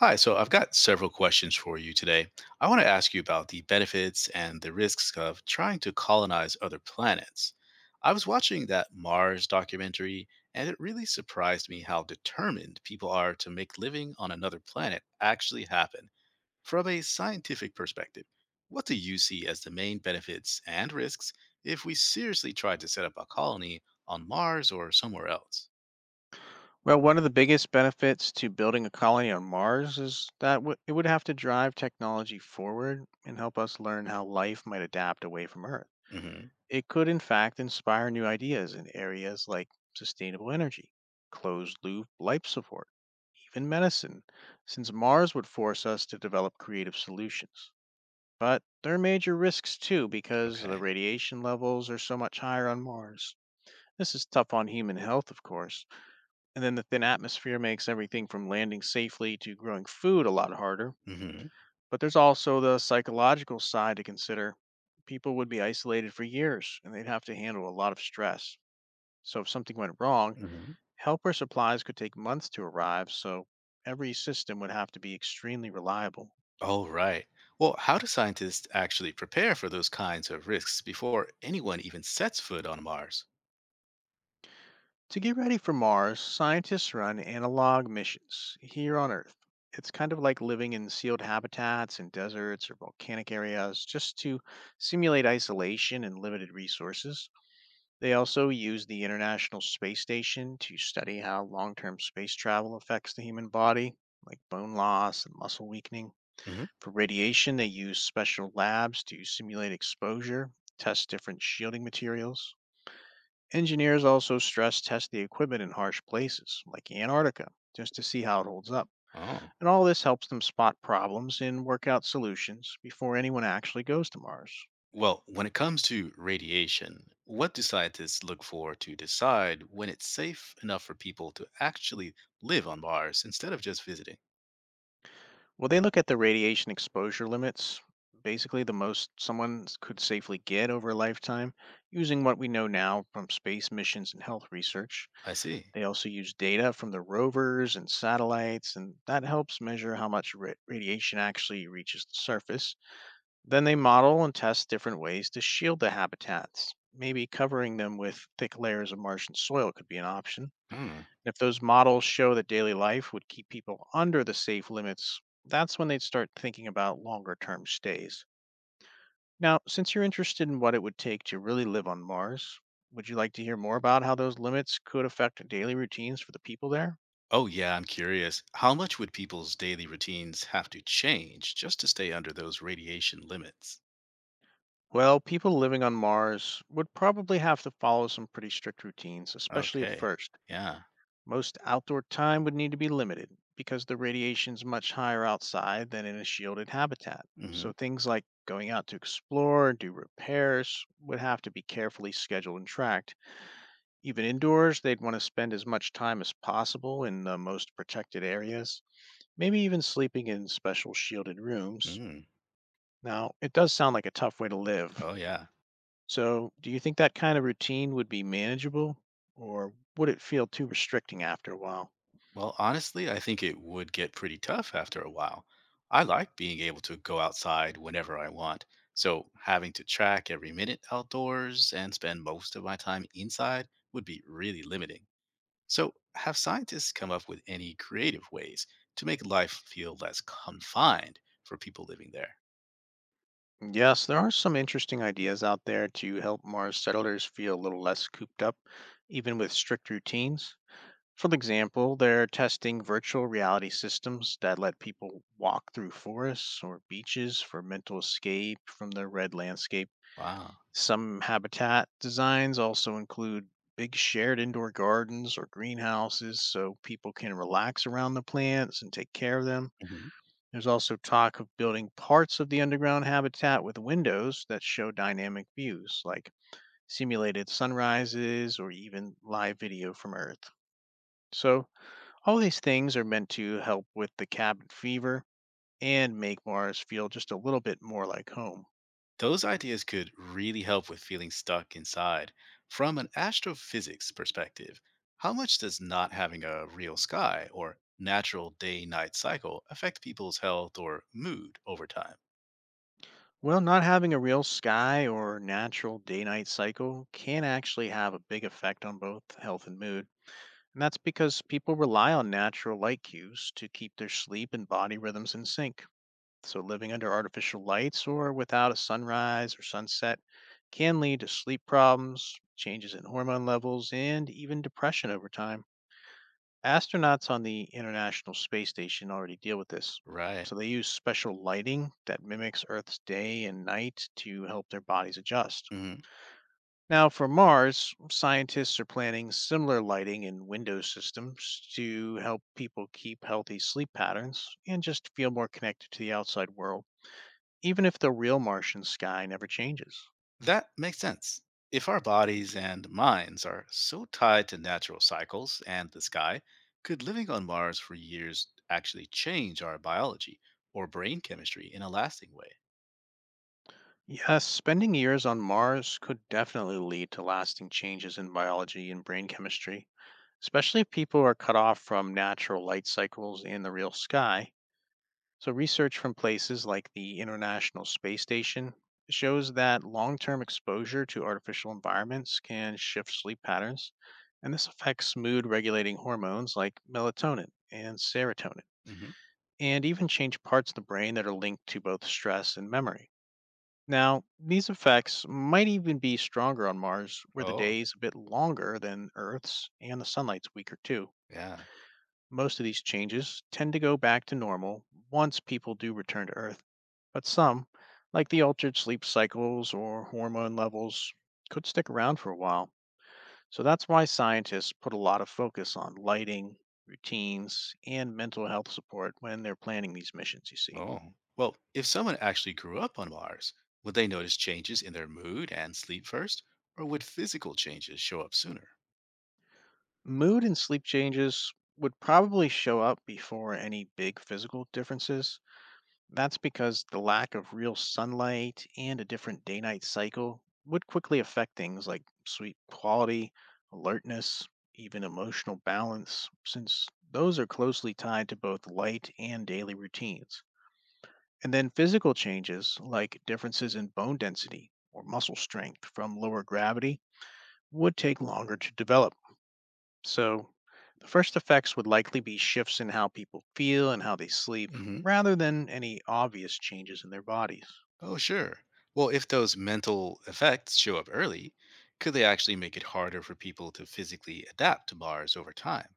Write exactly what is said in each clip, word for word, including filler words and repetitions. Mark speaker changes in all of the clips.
Speaker 1: Hi, so I've got several questions for you today. I want to ask you about the benefits and the risks of trying to colonize other planets. I was watching that Mars documentary, and it really surprised me how determined people are to make living on another planet actually happen from a scientific perspective. What do you see as the main benefits and risks if we seriously tried to set up a colony on Mars or somewhere else?
Speaker 2: Well, one of the biggest benefits to building a colony on Mars is that w- it would have to drive technology forward and help us learn how life might adapt away from Earth.
Speaker 1: Hmm.
Speaker 2: It could, in fact, inspire new ideas in areas like sustainable energy, closed loop life support, even medicine, since Mars would force us to develop creative solutions. But there are major risks too, because the
Speaker 1: Okay.
Speaker 2: radiation levels are so much higher on Mars. This is tough on human health, of course, and then the thin atmosphere makes everything from landing safely to growing food a lot harder.
Speaker 1: Hmm.
Speaker 2: But there's also the psychological side to consider. People would be isolated for years and they'd have to handle a lot of stress. So if something went wrong,
Speaker 1: Hmm.
Speaker 2: help or supplies could take months to arrive, so every system would have to be extremely reliable.
Speaker 1: Oh, right. Well, how do scientists actually prepare for those kinds of risks before anyone even sets foot on Mars?
Speaker 2: To get ready for Mars, scientists run analog missions here on Earth. It's kind of like living in sealed habitats in deserts or volcanic areas, just to simulate isolation and limited resources. They also use the International Space Station to study how long term space travel affects the human body, like bone loss and muscle weakening.
Speaker 1: Hmm.
Speaker 2: For radiation, they use special labs to simulate exposure, test different shielding materials. Engineers also stress test the equipment in harsh places, like Antarctica, just to see how it holds up.
Speaker 1: Oh.
Speaker 2: And all this helps them spot problems and work out solutions before anyone actually goes to Mars.
Speaker 1: Well, when it comes to radiation, what do scientists look for to decide when it's safe enough for people to actually live on Mars instead of just visiting?
Speaker 2: Well, they look at the radiation exposure limits, basically the most someone s- could safely get over a lifetime, using what we know now from space missions and health research.
Speaker 1: I see.
Speaker 2: They also use data from the rovers and satellites, and that helps measure how much ra- radiation actually reaches the surface. Then they model and test different ways to shield the habitats. Maybe covering them with thick layers of Martian soil could be an option.
Speaker 1: Hmm.
Speaker 2: And if those models show that daily life would keep people under the safe limits, that's when they'd start thinking about longer term stays. Now, since you're interested in what it would take to really live on Mars, would you like to hear more about how those limits could affect daily routines for the people there?
Speaker 1: Oh, yeah, I'm curious. How much would people's daily routines have to change just to stay under those radiation limits?
Speaker 2: Well, people living on Mars would probably have to follow some pretty strict routines, especially at
Speaker 1: Okay.
Speaker 2: first.
Speaker 1: Yeah.
Speaker 2: Most outdoor time would need to be limited, because the radiation's much higher outside than in a shielded habitat.
Speaker 1: Hmm.
Speaker 2: So things like going out to explore and do repairs would have to be carefully scheduled and tracked. Even indoors, they'd want to spend as much time as possible in the most protected areas, maybe even sleeping in special shielded rooms.
Speaker 1: Mm.
Speaker 2: Now, it does sound like a tough way to live.
Speaker 1: Oh, yeah.
Speaker 2: So, do you think that kind of routine would be manageable, or would it feel too restricting after a while?
Speaker 1: Well, honestly, I think it would get pretty tough after a while. I like being able to go outside whenever I want, so having to track every minute outdoors and spend most of my time inside would be really limiting. So, have scientists come up with any creative ways to make life feel less confined for people living there?
Speaker 2: Yes, there are some interesting ideas out there to help Mars settlers feel a little less cooped up, even with strict routines. For example, they're testing virtual reality systems that let people walk through forests or beaches for mental escape from the red landscape.
Speaker 1: Wow.
Speaker 2: Some habitat designs also include big shared indoor gardens or greenhouses, so people can relax around the plants and take care of them. There's also talk of building parts of the underground habitat with windows that show dynamic views, like simulated sunrises or even live video from Earth. So, all these things are meant to help with the cabin fever and make Mars feel just a little bit more like home.
Speaker 1: Those ideas could really help with feeling stuck inside. From an astrophysics perspective, how much does not having a real sky or natural day night cycle affect people's health or mood over time?
Speaker 2: Well, not having a real sky or natural day night cycle can actually have a big effect on both health and mood. And that's because people rely on natural light cues to keep their sleep and body rhythms in sync. So, living under artificial lights or without a sunrise or sunset can lead to sleep problems, changes in hormone levels, and even depression over time. Astronauts on the International Space Station already deal with this.
Speaker 1: Right.
Speaker 2: So, they use special lighting that mimics Earth's day and night to help their bodies adjust.
Speaker 1: Mhm.
Speaker 2: Now, for Mars, scientists are planning similar lighting and window systems to help people keep healthy sleep patterns and just feel more connected to the outside world, even if the real Martian sky never changes.
Speaker 1: That makes sense. If our bodies and minds are so tied to natural cycles and the sky, could living on Mars for years actually change our biology or brain chemistry in a lasting way?
Speaker 2: Yes, spending years on Mars could definitely lead to lasting changes in biology and brain chemistry, especially if people are cut off from natural light cycles in the real sky. So, research from places like the International Space Station shows that long term exposure to artificial environments can shift sleep patterns, and this affects mood regulating hormones like melatonin and serotonin,
Speaker 1: Hmm.
Speaker 2: and even change parts of the brain that are linked to both stress and memory. Now, these effects might even be stronger on Mars, where the day
Speaker 1: Oh,
Speaker 2: is a bit longer than Earth's and the sunlight's weaker too.
Speaker 1: yeah.
Speaker 2: Most of these changes tend to go back to normal once people do return to Earth, but some, like the altered sleep cycles or hormone levels, could stick around for a while. So that's why scientists put a lot of focus on lighting, routines, and mental health support when they're planning these missions, you see.
Speaker 1: Oh, well, if someone actually grew up on Mars, would they notice changes in their mood and sleep first, or would physical changes show up sooner?
Speaker 2: Mood and sleep changes would probably show up before any big physical differences. That's because the lack of real sunlight and a different day night cycle would quickly affect things like sleep quality, alertness, even emotional balance, since those are closely tied to both light and daily routines. And then physical changes, like differences in bone density or muscle strength from lower gravity, would take longer to develop. So, the first effects would likely be shifts in how people feel and how they sleep,
Speaker 1: Hmm.
Speaker 2: rather than any obvious changes in their bodies.
Speaker 1: Oh, sure. Well, if those mental effects show up early, could they actually make it harder for people to physically adapt to Mars over time?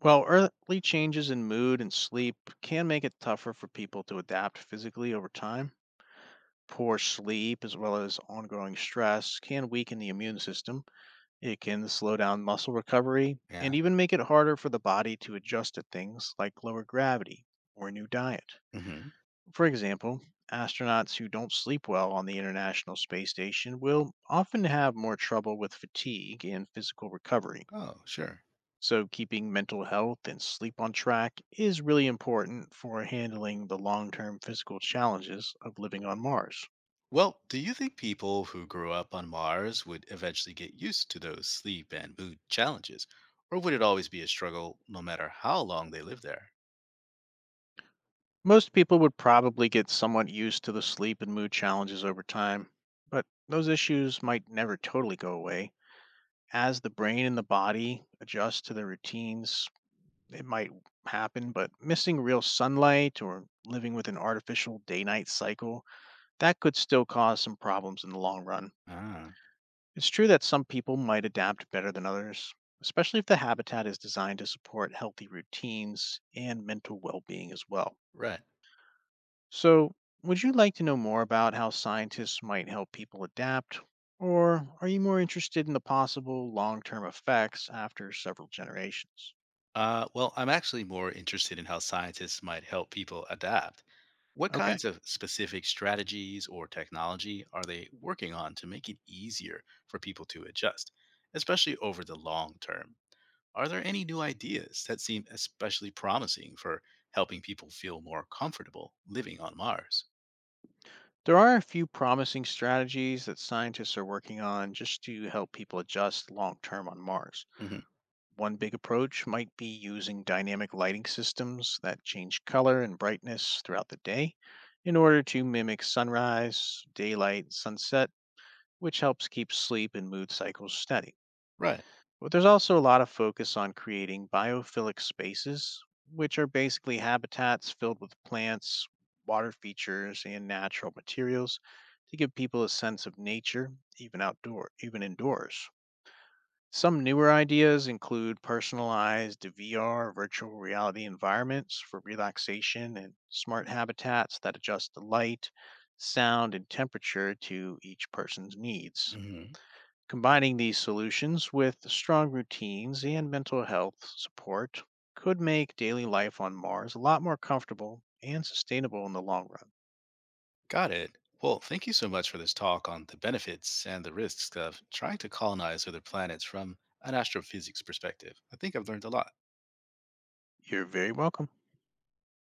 Speaker 2: While early changes in mood and sleep can make it tougher for people to adapt physically over time, poor sleep as well as ongoing stress can weaken the immune system. It can slow down muscle recovery and
Speaker 1: Yeah.
Speaker 2: even make it harder for the body to adjust to things like lower gravity or a new diet.
Speaker 1: Hmm.
Speaker 2: For example, astronauts who don't sleep well on the International Space Station will often have more trouble with fatigue and physical recovery.
Speaker 1: Oh, sure.
Speaker 2: So, keeping mental health and sleep on track is really important for handling the long term physical challenges of living on Mars.
Speaker 1: Well, do you think people who grew up on Mars would eventually get used to those sleep and mood challenges, or would it always be a struggle no matter how long they live there?
Speaker 2: Most people would probably get somewhat used to the sleep and mood challenges over time, but those issues might never totally go away. As the brain and the body adjust to their routines, it might happen, but missing real sunlight or living with an artificial day night cycle, that could still cause some problems in the long run.
Speaker 1: Ah.
Speaker 2: It's true that some people might adapt better than others, especially if the habitat is designed to support healthy routines and mental well being as well.
Speaker 1: Right.
Speaker 2: So, would you like to know more about how scientists might help people adapt? Or are you more interested in the possible long term effects after several generations?
Speaker 1: Uh, well, I'm actually more interested in how scientists might help people adapt. What
Speaker 2: Okay.
Speaker 1: kinds of specific strategies or technology are they working on to make it easier for people to adjust, especially over the long term? Are there any new ideas that seem especially promising for helping people feel more comfortable living on Mars?
Speaker 2: There are a few promising strategies that scientists are working on just to help people adjust long term on Mars.
Speaker 1: Hmm.
Speaker 2: One big approach might be using dynamic lighting systems that change color and brightness throughout the day in order to mimic sunrise, daylight, sunset, which helps keep sleep and mood cycles steady.
Speaker 1: Right.
Speaker 2: But there's also a lot of focus on creating biophilic spaces, which are basically habitats filled with plants, water features, and natural materials to give people a sense of nature, even outdoor, even indoors. Some newer ideas include personalized V R virtual reality environments for relaxation, and smart habitats that adjust the light, sound, and temperature to each person's needs.
Speaker 1: Hmm.
Speaker 2: Combining these solutions with strong routines and mental health support could make daily life on Mars a lot more comfortable and sustainable in the long run.
Speaker 1: Got it. Well, thank you so much for this talk on the benefits and the risks of trying to colonize other planets from an astrophysics perspective. I think I've learned a lot.
Speaker 2: You're very welcome.